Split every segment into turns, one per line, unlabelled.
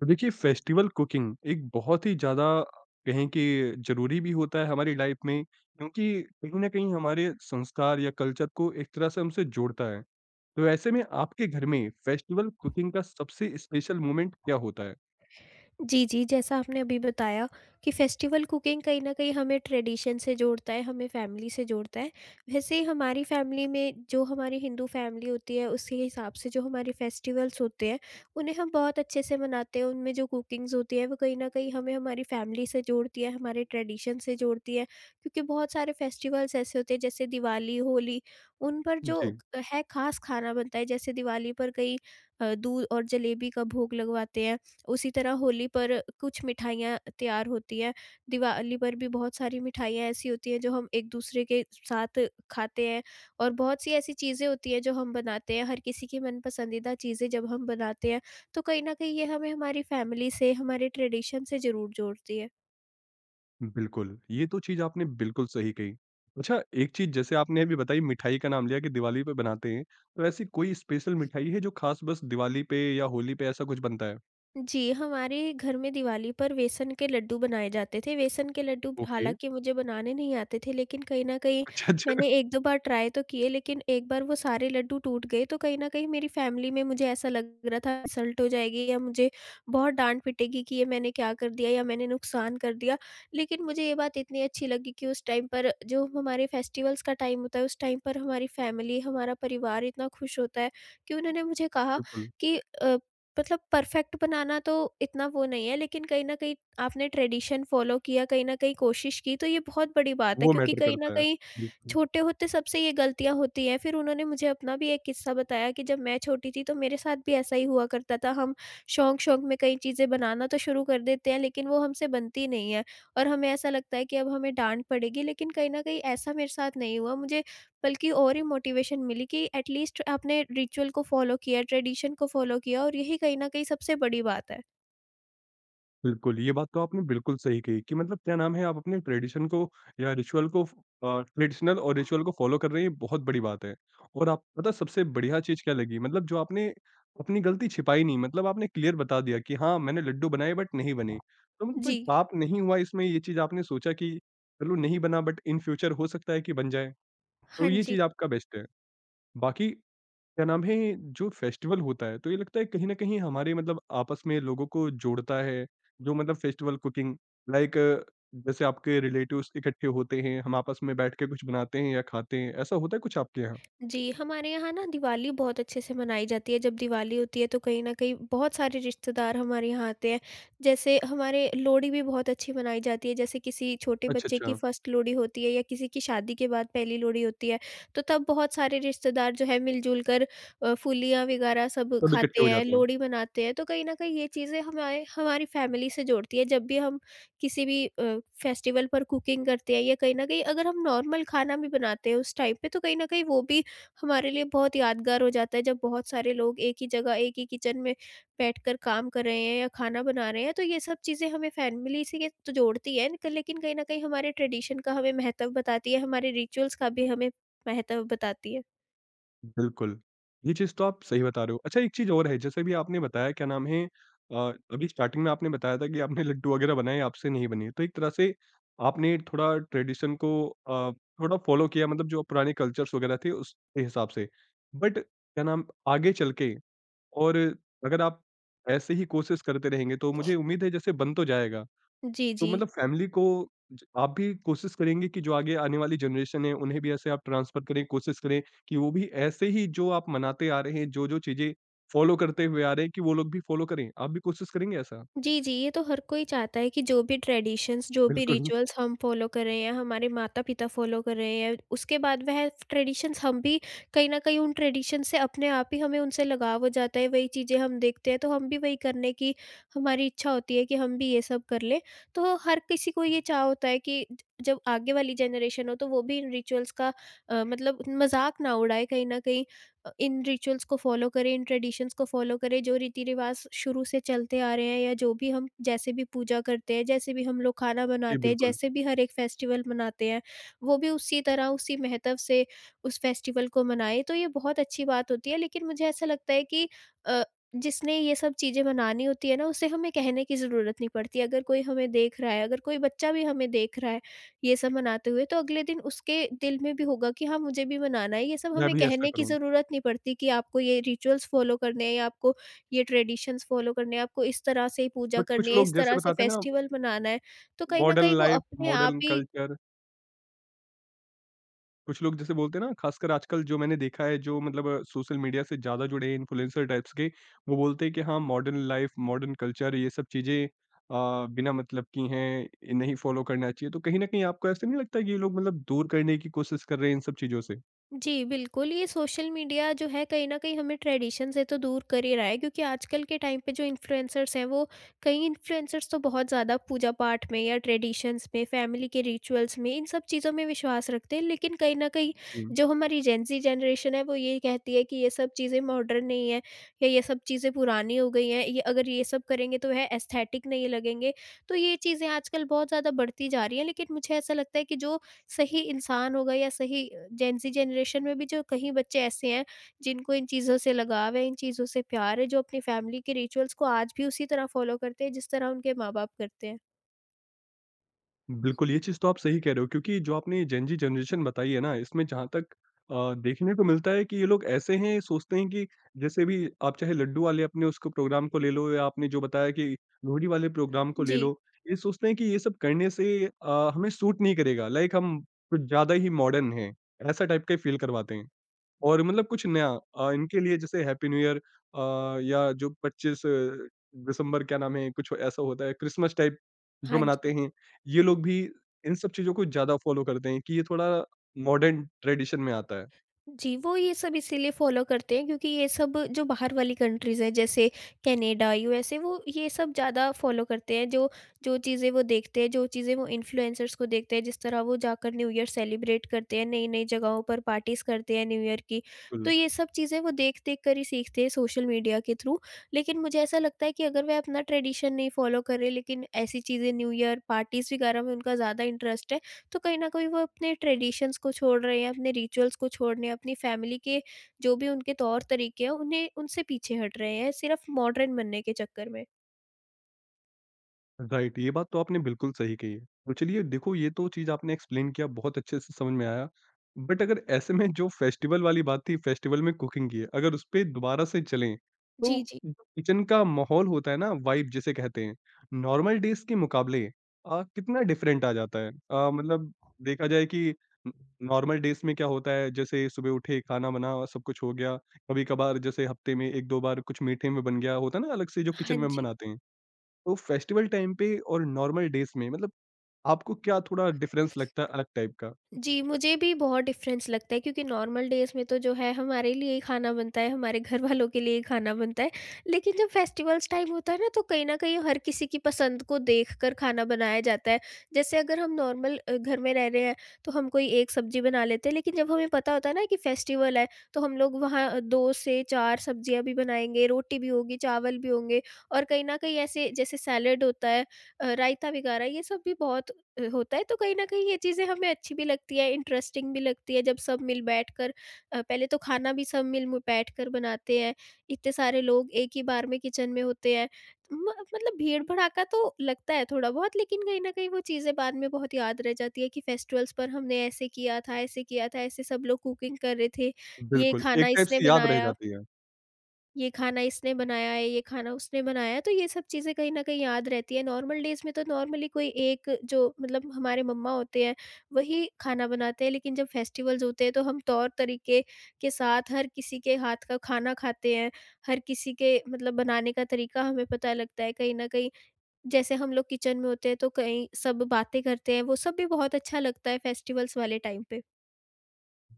तो देखिए festival cooking एक बहुत ही ज़्यादा कहें कि ज़रूरी भी होता है हमारी लाइफ में, क्योंकि कहीं न कहीं हमारे संस्कार या कल्चर को एक तरह से हमसे जोड़ता है। तो ऐसे में आपके घर में फेस्टिवल कुकिंग का सबसे स्पेशल मोमेंट क्या होता है?
जी, जी, जैसा आपने अभी बताया कि फेस्टिवल कुकिंग कहीं न कहीं हमें ट्रेडिशन से जोड़ता है, हमें फैमिली से जोड़ता है। वैसे ही हमारी फैमिली में जो हमारी हिंदू फैमिली होती है, उसके हिसाब से जो हमारे फेस्टिवल्स होते हैं, उन्हें हम बहुत अच्छे से मनाते हैं। उनमें जो कुकिंग्स होती है, वो कहीं न कहीं हमें हमारी फैमिली से जोड़ती है, हमारे ट्रेडिशन से जोड़ती है। क्योंकि बहुत सारे फेस्टिवल्स ऐसे होते हैं, जैसे दिवाली, होली, उन पर जो
जी,
है ख़ास खाना बनता है। जैसे दिवाली पर कई दूध और जलेबी का भोग लगवाते हैं। उसी तरह होली पर कुछ मिठाइयाँ तैयार होती हैं। दिवाली पर भी बहुत सारी मिठाइयाँ ऐसी होती हैं जो हम एक-दूसरे के साथ खाते हैं और बहुत सी ऐसी चीज़ें होती हैं जो हम बनाते हैं। हर किसी की मन पसंदीदा चीज़ें जब हम बनाते हैं, तो कहीं न कहीं ये हमें हमारी फैमिली से, हमारे ट्रेडिशन से ज़रूर जोड़ती है।
बिल्कुल। ये तो चीज़ आपने बिल्कुल सही कही। अच्छा, एक चीज़ जैसे आपने अभी बताई, मिठाई का नाम लिया कि दिवाली पे बनाते हैं। तो ऐसी कोई स्पेशल मिठाई है जो ख़ास बस दिवाली पे या होली पे ऐसा कुछ बनता है?
जी, हमारे घर में दिवाली पर बेसन के लड्डू बनाए जाते थे। बेसन के लड्डू
ओके।
हालाँकि मुझे बनाने नहीं आते थे, लेकिन कहीं न कहीं
अच्छा, अच्छा।
मैंने 1-2 बार ट्राई तो किए, लेकिन एक बार वो सारे लड्डू टूट गए, तो कहीं न कहीं मेरी फैमिली में मुझे ऐसा लग रहा था इंसल्ट हो जाएगी, या मुझे बहुत डाँट पिटेगी कि ये मैंने क्या कर दिया या मैंने नुकसान कर दिया। लेकिन मुझे ये बात इतनी अच्छी लगी कि उस टाइम पर जो हमारे फेस्टिवल्स का टाइम होता है, उस टाइम पर हमारी फैमिली, हमारा परिवार इतना खुश होता है कि उन्होंने मुझे कहा
बिल्कुल।
कि अ, मतलब परफेक्ट बनाना तो इतना वो नहीं है, लेकिन कहीं न कहीं आपने ट्रेडिशन फ़ॉलो किया, कहीं न कहीं कोशिश की, तो ये बहुत बड़ी बात है,
वो
क्योंकि
मैटर
कहीं न
करता है।
कहीं
बिल्कुल,
छोटे होते सबसे ये गलतियाँ होती हैं। फिर उन्होंने मुझे अपना भी एक किस्सा बताया कि जब मैं छोटी थी तो मेरे साथ भी ऐसा ही हुआ करता था। हम शौक-शौक में कई चीज़ें बनाना तो शुरू कर देते हैं, लेकिन वो हमसे बनती नहीं है और हमें ऐसा लगता है कि अब हमें डाँट पड़ेगी, लेकिन कहीं न कहीं ऐसा मेरे साथ नहीं हुआ। मुझे बल्कि और ही मोटिवेशन मिली कि एटलीस्ट आपने रिचुअल को फॉलो किया, ट्रेडिशन को फॉलो किया, और यही कहीं न कहीं सबसे बड़ी बात है।
बिल्कुल, ये बात तो आपने बिल्कुल सही कही कि मतलब क्या नाम है, आप अपने ट्रेडिशन को या रिचुअल को ट्रेडिशनल और रिचुअल को फ़ॉलो कर रहे हैं, ये बहुत बड़ी बात है। और आप पता है सबसे बढ़िया चीज़ क्या लगी? मतलब जो आपने अपनी गलती छिपाई नहीं, मतलब आपने क्लियर बता दिया कि हाँ, मैंने लड्डू बनाए बट नहीं बने। तो मतलब कोई
जी।
पाप नहीं हुआ इसमें, ये चीज़ आपने सोचा कि चलो नहीं बना, बट इन फ्यूचर हो सकता है कि बन जाए, तो
हाँ
ये
जी।
चीज़ आपका बेस्ट है। बाकी क्या नाम है, जो फेस्टिवल होता है, तो ये लगता है कहीं न कहीं हमारे मतलब आपस में लोगों को जोड़ता है, जो मतलब फेस्टिवल कुकिंग, लाइक जैसे आपके रिलेटिव्स इकट्ठे होते हैं, हम आपस में बैठ के कुछ बनाते हैं या खाते हैं, ऐसा होता है कुछ आपके यहाँ?
जी, हमारे यहाँ ना दिवाली बहुत अच्छे से मनाई जाती है। जब दिवाली होती है तो कहीं न कहीं बहुत सारे रिश्तेदार हमारे यहाँ आते हैं। जैसे हमारे लोहड़ी भी बहुत अच्छी मनाई जाती है। जैसे किसी छोटे
अच्छा,
बच्चे की
अच्छा,
फर्स्ट लोहड़ी होती है, या किसी की शादी के बाद पहली लोहड़ी होती है। तो तब बहुत सारे रिश्तेदार जो है, मिल-जुल कर फूलियाँ वगैरह सब
सब इकट्ठे
खाते
हो
हैं,
जाते हैं।
लोहड़ी मनाते हैं। तो कहीं न कहीं ये चीज़ें हमारे हमारी फैमिली से जोड़ती है। जब भी हम किसी भी फेस्टिवल पर कुकिंग करते हैं, या कहीं न कहीं अगर हम नॉर्मल खाना भी बनाते हैं उस टाइम पे, तो कहीं न कहीं वो भी हमारे लिए बहुत यादगार हो जाता है। जब बहुत सारे लोग एक ही जगह एक ही किचन में बैठकर काम कर रहे हैं या खाना बना रहे हैं, तो ये सब चीज़ें हमें फैमिली से के तो जोड़ती है, लेकिन कहीं न कहीं हमारे ट्रेडिशन का हमें महत्व बताती है, हमारे रिचुअल्स का भी हमें महत्व बताती है।
बिल्कुल, ये चीज़ तो आप सही बता रहे हो। अच्छा, एक चीज़ और है, जैसे भी आपने बताया क्या नाम है, अ, अभी स्टार्टिंग में आपने बताया था कि आपने लड्डू वगैरह बनाए आपसे नहीं बने। तो एक तरह से आपने थोड़ा ट्रेडिशन को अ, थोड़ा फ़ॉलो किया, मतलब जो पुराने कल्चर्स वगैरह थे उसके हिसाब से। बट क्या नाम, आगे चल के और अगर आप ऐसे ही कोशिश करते रहेंगे, तो मुझे उम्मीद है जैसे बन तो जाएगा।
जी,
तो
जी।
मतलब फैमिली को ज आप भी कोशिश करेंगे कि जो आगे आने वाली जनरेशन है, उन्हें भी ऐसे आप ट्रांसफ़र करें, कोशिश करें कि वो भी ऐसे ही जो आप मनाते आ रहे हैं, जो-जो चीज़ें फ़ॉलो करते हुए आ रहे हैं कि वो लोग भी फ़ॉलो करें। आप भी कोशिश करेंगे ऐसा?
जी, जी, ये तो हर कोई चाहता है कि जो भी ट्रेडिशंस, जो भी
बिल्कुल,
रिचुअल्स हम फॉलो कर रहे हैं, हमारे माता-पिता फॉलो कर रहे हैं, उसके बाद वह ट्रेडिशंस हम भी कहीं न कहीं उन ट्रेडिशंस से अपने आप ही हमें उनसे लगाव हो जाता है, वही चीज़ें हम देखते हैं, तो हम भी वही करने की हमारी इच्छा होती है कि हम भी ये सब कर लें। तो हर किसी को ये चाह होता है कि ज जब आगे वाली जनरेशन हो, तो वो भी इन रिचुअल्स का मतलब मज़ाक ना उड़ाए कहीं न कहीं। इन रिचुअल्स को फॉलो करें, इन ट्रेडिशंस को फॉलो करें, जो रीति-रिवाज़ शुरू से चलते आ रहे हैं, या जो भी हम जैसे भी पूजा करते हैं, जैसे भी हम लोग खाना
जी
बनाते हैं,
बिल्कुल।
जैसे भी हर एक फेस्टिवल मनाते हैं, वो भी उसी तरह, उसी महत्व से उस फेस्टिवल को मनाएँ, तो ये बहुत अच्छी बात होती है। लेकिन मुझे ऐसा लगता है कि अ, जिसने ये सब चीज़ें मनानी होती है ना, उसे हमें कहने की ज़रूरत नहीं पड़ती। अगर कोई हमें देख रहा है, अगर कोई बच्चा भी हमें देख रहा है, ये सब मनाते हुए, तो अगले दिन उसके दिल में भी होगा कि हाँ, मुझे भी मनाना है। ये सब
मैं
हमें
भी ऐसा
कहने की
करूँ।
ज़रूरत नहीं पड़ती कि आपको ये रिचुअल्स फॉलो करने हैं, या आपको ये ट्रेडिशंस फॉलो करने हैं, आपको इस तरह से ही पूजा
बट कुछ
करनी है,
लोग
इस
जैसे
तरह से
बताते हैं ना,
फेस्टिवल मनाना है, तो कहीं ना
मॉडर्न
कहीं वो
लाइफ़,
अपने आप
मॉडर्न
ही।
कल्चर, कुछ लोग जैसे बोलते हैं ना, खासकर आजकल जो मैंने देखा है, जो मतलब सोशल मीडिया से ज़्यादा जुड़े हैं, इन्फ्लुएंसर टाइप्स के, वो बोलते हैं कि हाँ, मॉडर्न लाइफ़, मॉडर्न कल्चर ये सब चीज़ें बिना मतलब की हैं, ये नहीं फ़ॉलो करना चाहिए। तो कहीं न कहीं आपको ऐसा नहीं लगता कि ये लोग मतलब दूर करने की कोशिश कर रहे हैं इन सब चीज़ों से?
जी, बिल्कुल, ये सोशल मीडिया जो है कहीं न कहीं हमें ट्रेडिशन से तो दूर कर ही रहा है, क्योंकि आजकल के टाइम पे जो इन्फ्लुएंसर्स हैं, वो कई इन्फ्लुएंसर्स तो बहुत ज़्यादा पूजा-पाठ में या ट्रेडिशंस में, फैमिली के रिचुअल्स में, इन सब चीज़ों में विश्वास रखते हैं। लेकिन कहीं न कहीं
जी।
जो हमारी जेन ज़ी जनरेशन है, वो ये कहती है कि ये सब चीज़ें मॉडर्न नहीं है, या ये सब चीज़ें पुरानी हो गई हैं, ये अगर ये सब करेंगे तो वह एस्थेटिक नहीं लगेंगे। तो ये चीज़ें आजकल बहुत ज़्यादा बढ़ती जा रही हैं, लेकिन मुझे ऐसा लगता है कि जो सही इंसान होगा, या सही जेन ज़ी जनरेशन में भी जो कहीं बच्चे ऐसे हैं जिनको इन चीज़ों से लगाव है, इन चीज़ों से प्यार है, जो अपनी फैमिली के रिचुअल्स को आज भी उसी तरह फॉलो करते हैं जिस तरह उनके माँ-बाप करते हैं।
बिल्कुल, ये चीज़ तो आप सही कह रहे हो, क्योंकि जो आपने जेन ज़ी जनरेशन बताई है ना, इसमें जहाँ तक देखने को मिलता है कि ये लोग ऐसे हैं, सोचते हैं कि जैसे भी आप चाहे लड्डू वाले अपने उसको प्रोग्राम को ले लो या आपने जो बताया कि लोहड़ी वाले प्रोग्राम को ले
जी,
लो, ये सोचते हैं कि ये सब करने से हमें सूट नहीं करेगा, लाइक हम कुछ ज़्यादा ही मॉडर्न हैं, ऐसा टाइप का ही फ़ील करवाते हैं। और मतलब कुछ नया इनके लिए जैसे हैप्पी न्यू ईयर, या जो 25 दिसंबर क्या नाम है, कुछ ऐसा होता है क्रिसमस टाइप, जो
हाँ
मनाते
जी।
हैं, ये लोग भी इन सब चीज़ों को ज़्यादा फ़ॉलो करते हैं कि ये थोड़ा मॉडर्न ट्रेडिशन में आता
जी, वो ये सब इसीलिए फ़ॉलो करते हैं क्योंकि ये सब जो बाहर वाली कंट्रीज़ हैं, जैसे कनाडा, यूएसए, वो ये सब ज़्यादा फ़ॉलो करते हैं। जो जो चीज़ें वो देखते हैं, जो चीज़ें वो इन्फ्लुएंसर्स को देखते हैं, जिस तरह वो जाकर न्यू ईयर सेलिब्रेट करते हैं, नई-नई जगहों पर पार्टीज़ करते हैं न्यू ईयर की।
है।
तो ये सब चीज़ें वो देख-देख कर ही सीखते हैं सोशल मीडिया के थ्रू। लेकिन मुझे ऐसा लगता है कि अगर वह अपना ट्रेडिशन नहीं फ़ॉलो करें, लेकिन ऐसी चीज़ें न्यू ईयर पार्टीज़ वगैरह में उनका ज़्यादा इंटरेस्ट है, तो कहीं ना कहीं वो अपने ट्रेडिशंस को छोड़ रहे हैं, अपने रिचुअल्स को छोड़ रहे हैं, अपनी फैमिली के जो भी उनके तौर तरीके हैं, उन्हें उनसे पीछे हट रहे हैं, सिर्फ मॉडर्न बनने के चक्कर में।
राइट, ये बात तो आपने बिल्कुल सही कही है। तो चलिए देखो, ये तो चीज़ आपने एक्सप्लेन किया, बहुत अच्छे से समझ में आया। बट अगर ऐसे में जो फेस्टिवल वाली बात थी, फेस्टिवल में कुकिंग की है, अगर उस पे दोबारा से चलें,
जी।
तो
जी।
जो किचन का माहौल होता है ना, वाइब जिसे कहते हैं, नॉर्मल डेज़ के मुकाबले कितना डिफरेंट आ जाता है? मतलब देखा जाए कि न नॉर्मल डेज़ में क्या होता है, जैसे सुबह उठे, खाना बना, सब कुछ हो गया, कभी-कभार जैसे हफ्ते में 1-2 बार कुछ मीठे में बन गया, होता है ना अलग से जो किचन
हाँ
में हम
जी।
बनाते हैं। तो फेस्टिवल टाइम पे और नॉर्मल डेज़ में मतलब आपको क्या थोड़ा डिफ़रेंस लगता है अलग टाइप का?
जी, मुझे भी बहुत डिफ़रेंस लगता है, क्योंकि नॉर्मल डेज़ में तो जो है, हमारे लिए ही खाना बनता है, हमारे घरवालों के लिए ही खाना बनता है। लेकिन जब फेस्टिवल्स टाइम होता है ना, तो कहीं न कहीं हर किसी की पसंद को देखकर खाना बनाया जाता है। जैसे अगर हम नॉर्मल घर में रह रहे हैं, तो हम कोई एक सब्ज़ी बना लेते हैं, लेकिन जब हमें पता होता है ना कि फेस्टिवल है, तो हम लोग वहाँ 2 से 4 सब्ज़ियाँ भी बनाएँगे, रोटी भी होगी, चावल भी होंगे, और कहीं न कहीं ऐसे जैसे सैलेड होता है, रायता वगैरह ये सब भी बहुत होता है। तो कहीं न कहीं ये चीज़ें हमें अच्छी भी लगती है, इंटरेस्टिंग भी लगती है, जब सब मिल बैठ कर पहले तो खाना भी सब मिल मु बैठ कर बनाते हैं, इतने सारे लोग एक ही बार में किचन में होते हैं। म मतलब भीड़-भड़ाका तो लगता है थोड़ा-बहुत, लेकिन कहीं न कहीं वो चीज़ें बाद में बहुत याद रह जाती है कि फेस्टिवल्स पर हमने ऐसे किया था, ऐसे किया था, ऐसे सब लोग कुकिंग कर रहे थे, ये
बिल्कुल,
खाना
एक टाइप
इसने
से याद रह
बनाया।
जाती है।
ये खाना इसने बनाया है, ये खाना उसने बनाया है, तो ये सब चीज़ें कहीं न कहीं याद रहती हैं। नॉर्मल डेज़ में तो नॉर्मली कोई एक, जो मतलब हमारे मम्मा होते हैं, वही खाना बनाते हैं, लेकिन जब फेस्टिवल्स होते हैं, तो हम तौर-तरीके के साथ हर किसी के हाथ का खाना खाते हैं। हर किसी के मतलब बनाने का तरीका हमें पता लगता है कहीं न कहीं। जैसे हम लोग किचन में होते हैं, तो कहीं सब बातें करते हैं, वो सब भी बहुत अच्छा लगता है फेस्टिवल्स वाले टाइम पे।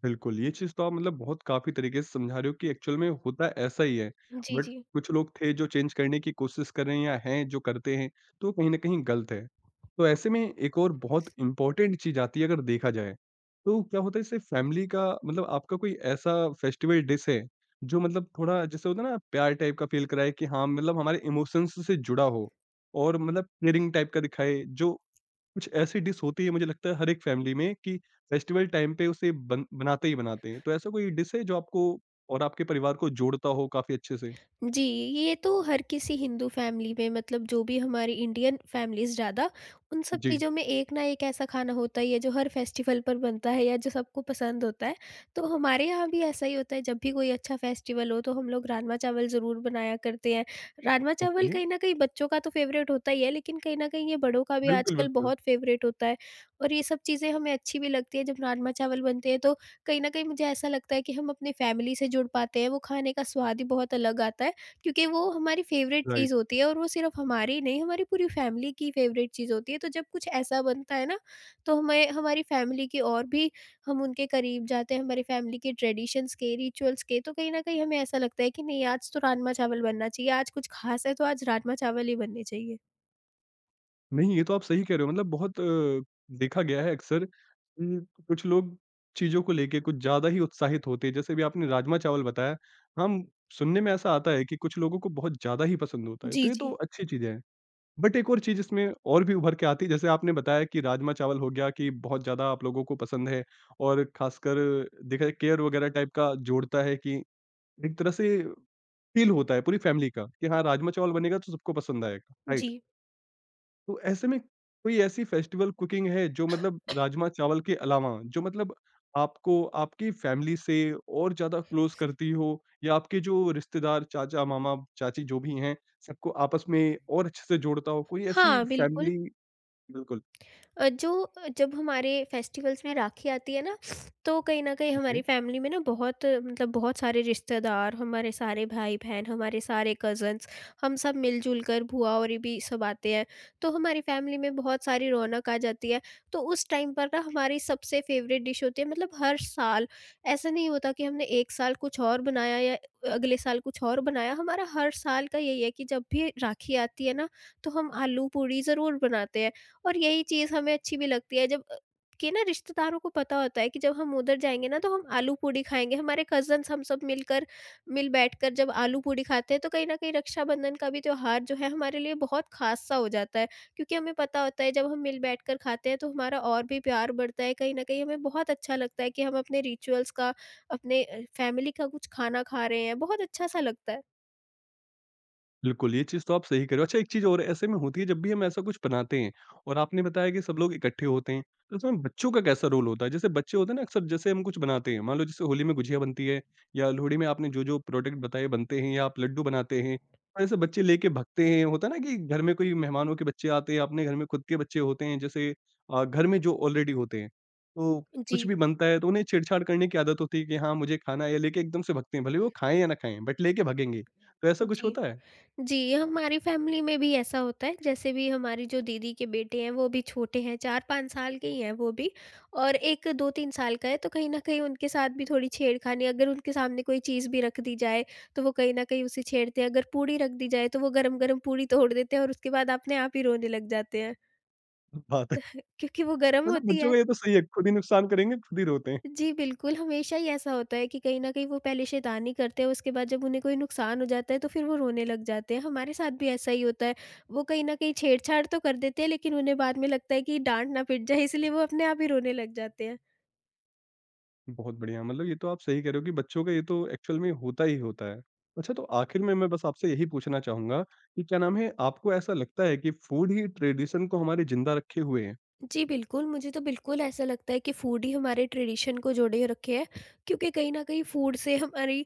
बिल्कुल, ये चीज़ तो आप मतलब बहुत काफ़ी तरीके से समझा रहे हो कि एक्चुअल में होता ऐसा ही है।
जी,
बट
जी।
कुछ लोग थे जो चेंज करने की कोशिश कर रहे हैं या हैं जो करते हैं, तो कहीं न कहीं गलत है। तो ऐसे में एक और बहुत इम्पोर्टेंट चीज़ आती है अगर देखा जाए, तो क्या होता है इससे फैमिली का, मतलब आपका कोई ऐसा फेस्टिवल डिश है, जो मतलब थोड़ा जैसे होता है ना प्यार टाइप का फ़ील कराए कि हाँ, मतलब हमारे इमोशंस से जुड़ा हो और मतलब केयरिंग टाइप का दिखाए, जो कुछ ऐसी डिश होती है, मुझे लगता है हर एक फ़ैमिली में कि फेस्टिवल टाइम पे उसे बन बनाते ही बनाते हैं। तो ऐसा कोई डिश है जो आपको और आपके परिवार को जोड़ता हो काफ़ी अच्छे से?
जी, ये तो हर किसी हिंदू फैमिली में, मतलब जो भी हमारी इंडियन फैमिलीज़ ज़्यादा, उन सब
जी,
चीज़ों में एक ना एक ऐसा खाना होता ही है जो हर फेस्टिवल पर बनता है या जो सबको पसंद होता है। तो हमारे यहाँ भी ऐसा ही होता है, जब भी कोई अच्छा फेस्टिवल हो तो हम लोग राजमा-चावल ज़रूर बनाया करते हैं। राजमा-चावल
ओके।
कहीं न कहीं बच्चों का तो फ़ेवरेट होता ही है, लेकिन कहीं न कहीं ये बड़ों का भी
बिल्कुल,
आजकल
बिल्कुल,
बहुत फ़ेवरेट होता है। और ये सब चीज़ें हमें अच्छी भी लगती है, जब राजमा-चावल बनते हैं तो कहीं न कहीं मुझे ऐसा लगता है कि हम अपनी फैमिली से जुड़ पाते हैं, वो खाने का स्वाद ही बहुत अलग आता है। क्योंकि वो हमारी फेवरेट
राइट।
चीज़ होती है और वो सिर्फ हमारी ही नहीं, हमारी पूरी फैमिली की फेवरेट चीज़ होती है। तो जब कुछ ऐसा बनता है ना, तो हमें हमारी फैमिली की और भी हम उनके करीब जाते हैं, हमारी फैमिली के ट्रेडिशंस के, रिचुअल्स के। तो कहीं न कहीं हमें ऐसा लगता है कि नहीं, आज तो राजमा-चावल बनना चाहिए, आज कुछ ख़ास है तो आज राजमा-चावल ही बनने चाहिए।
नहीं, ये तो आप सही कह रहे हो, मतलब बहुत देखा गया है अक्सर कि कुछ लोग चीज़ों को लेके कुछ ज़्यादा ही उत्साहित होते हैं। जैसे अभी आपने राजमा-चावल बताया, हम सुनने में ऐसा आता है कि कुछ लोगों को बहुत ज़्यादा ही पसंद होता है, तो
जी,
ये तो
जी।
अच्छी चीज़ें हैं। बट एक और चीज़ इसमें और भी उभर के आती है, जैसे आपने बताया कि राजमा-चावल हो गया कि बहुत ज़्यादा आप लोगों को पसंद है और खासकर देखा जाए केयर वगैरह टाइप का जोड़ता है कि एक तरह से फ़ील होता है पूरी फैमिली का कि हाँ, राजमा-चावल बनेगा तो सबको पसंद आएगा, राइट?
जी।
तो ऐसे में कोई ऐसी फेस्टिवल कुकिंग है जो मतलब राजमा-चावल के अलावा जो मतलब आपको आपकी फैमिली से और ज़्यादा क्लोज़ करती हो या आपके जो रिश्तेदार चाचा, मामा, चाची जो भी हैं, सबको आपस में और अच्छे से जोड़ता हो? कोई ऐसी
हाँ, बिल्कुल।
फैमिली बिल्कुल।
जो जब हमारे फेस्टिवल्स में राखी आती है ना, तो कहीं न कहीं
ओके।
हमारी फैमिली में ना बहुत मतलब बहुत सारे रिश्तेदार, हमारे सारे भाई-बहन, हमारे सारे कज़न्स, हम सब मिल-जुल कर भूआ-औरी भी सब आते हैं। तो हमारी फैमिली में बहुत सारी रौनक आ जाती है। तो उस टाइम पर ना हमारी सबसे फ़ेवरेट डिश होती है, मतलब हर साल ऐसा नहीं होता कि हमने एक साल कुछ और बनाया या अगले साल कुछ और बनाया। हमारा हर साल का यही है कि जब भी राखी आती है ना, तो हम आलू पूड़ी ज़रूर बनाते हैं। और यही चीज़ हमें अच्छी भी लगती है जब कि ना रिश्तेदारों को पता होता है कि जब हम उधर जाएँगे ना, तो हम आलू पूड़ी खाएँगे। हमारे कज़न्स हम सब मिलकर मिल बैठकर जब आलू पूड़ी खाते हैं, तो कहीं न कहीं रक्षाबंधन का भी त्योहार जो है हमारे लिए बहुत ख़ास सा हो जाता है। क्योंकि हमें पता होता है जब हम मिल बैठकर खाते हैं, तो हमारा और भी प्यार बढ़ता है। कहीं न कहीं हमें बहुत अच्छा लगता है कि हम अपने रिचुअल्स का अपने फैमिली का कुछ खाना खा रहे हैं। बहुत अच्छा-सा लगता है।
बिल्कुल, ये चीज़ तो आप सही कह रहे हो। अच्छा, एक चीज़ और ऐसे में होती है, जब भी हम ऐसा कुछ बनाते हैं और आपने बताया कि सब लोग इकट्ठे होते हैं, तो उसमें बच्चों का कैसा रोल होता है? जैसे बच्चे होते हैं ना अक्सर जैसे हम कुछ बनाते हैं, मान लो जैसे होली में गुझिया बनती है या लोहड़ी में आपने जो-जो प्रोडक्ट बताए बनते हैं या आप लड्डू बनाते हैं, और ऐसे बच्चे लेके भगते हैं, होता है ना कि घर में कोई मेहमानों के बच्चे आते हैं, अपने घर में खुद के बच्चे होते हैं जैसे घर में जो ऑलरेडी होते हैं, तो कुछ
जी,
भी बनता है तो उन्हें छेड़छाड़ करने की आदत होती है कि हाँ, मुझे खाना है या लेके एकदम से भगते हैं, भले वो खाएँ या ना खाएँ बट लेके भगेंगे, तो ऐसा कुछ
जी।
होता है?
जी, हमारी फैमिली में भी ऐसा होता है। जैसे भी हमारी जो दीदी के बेटे हैं, वो भी छोटे हैं, 4-5 साल के ही हैं वो भी, और एक 2-3 साल का है। तो कहीं न कहीं उनके साथ भी थोड़ी छेड़खानी, अगर उनके सामने कोई चीज़ भी रख दी जाए, तो वो कहीं न कहीं उसे छेड़ते हैं। अगर पूड़ी रख दी जाए, तो वो गरम-गरम पूड़ी तोड़ देते हैं और उसके बाद अपने आप ही रोने लग जाते हैं,
बात है।
क्योंकि वो गरम
मतलब
होती
बच्चों
है।
का ये तो सही है, खुद ही नुकसान करेंगे, खुद ही रोते हैं।
जी, बिल्कुल, हमेशा ही ऐसा होता है कि कहीं न कहीं वो पहले शैतानी करते हैं, उसके बाद जब उन्हें कोई नुकसान हो जाता है, तो फिर वो रोने लग जाते हैं। हमारे साथ भी ऐसा ही होता है। वो कहीं न कहीं छेड़छाड़ तो कर देते हैं, लेकिन उन्हें बाद में लगता है कि डाँट ना पिट जाए, इसलिए वो अपने आप ही रोने लग जाते हैं।
बहुत बढ़िया, मतलब ये तो आप सही कह रहे हो कि बच्चों का ये तो एक्चुअल में होता ही होता है। अच्छा, तो आखिर में मैं बस आपसे यही पूछना चाहूँगा कि क्या नाम है, आपको ऐसा लगता है कि फूड ही ट्रेडिशन को हमारे ज़िंदा रखे हुए हैं?
जी, बिल्कुल, मुझे तो बिल्कुल ऐसा लगता है कि फ़ूड ही हमारे ट्रेडिशन को जोड़े रखे है, क्योंकि कहीं न कहीं फ़ूड से हमारी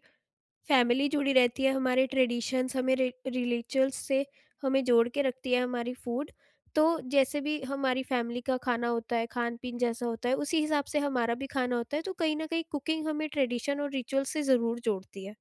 फैमिली जुड़ी रहती है, हमारे ट्रेडिशंस हमें रिलीजल्स से हमें जोड़ के रखती है, हमारी फूड। तो जैसे भी हमारी फैमिली का खाना होता है, खान पीन जैसा होता है, उसी हिसाब से हमारा भी खाना होता है, तो कहीं ना कहीं कुकिंग हमें ट्रेडिशन और रिचुअल से ज़रूर जोड़ती है।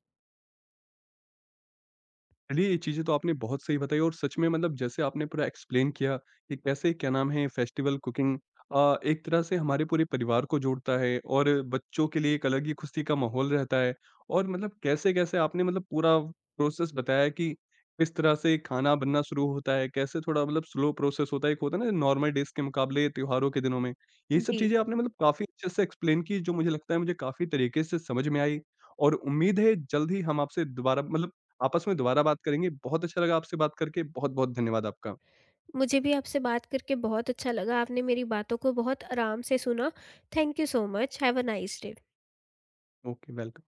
चलिए, ये चीज़ें तो आपने बहुत सही बताई और सच में मतलब जैसे आपने पूरा एक्सप्लेन किया कि कैसे क्या नाम है फेस्टिवल कुकिंग एक तरह से हमारे पूरे परिवार को जोड़ता है और बच्चों के लिए एक अलग ही खुशी का माहौल रहता है और मतलब कैसे-कैसे आपने मतलब पूरा प्रोसेस बताया कि किस तरह से खाना बनना शुरू होता है, कैसे थोड़ा मतलब स्लो प्रोसेस होता है, एक होता है ना नॉर्मल डेज़ के मुकाबले त्योहारों के दिनों में। ये सब
जी।
चीज़ें आपने मतलब काफ़ी अच्छे से एक्सप्लेन की, जो मुझे लगता है मुझे काफ़ी तरीके से समझ में आई, और उम्मीद है जल्द ही हम आपसे दोबारा मतलब आपस में दोबारा बात करेंगे। बहुत अच्छा लगा आपसे बात करके। बहुत-बहुत धन्यवाद आपका।
मुझे भी आपसे बात करके बहुत अच्छा लगा, आपने मेरी बातों को बहुत आराम से सुना। Thank you so much. Have a nice day.
Okay, welcome.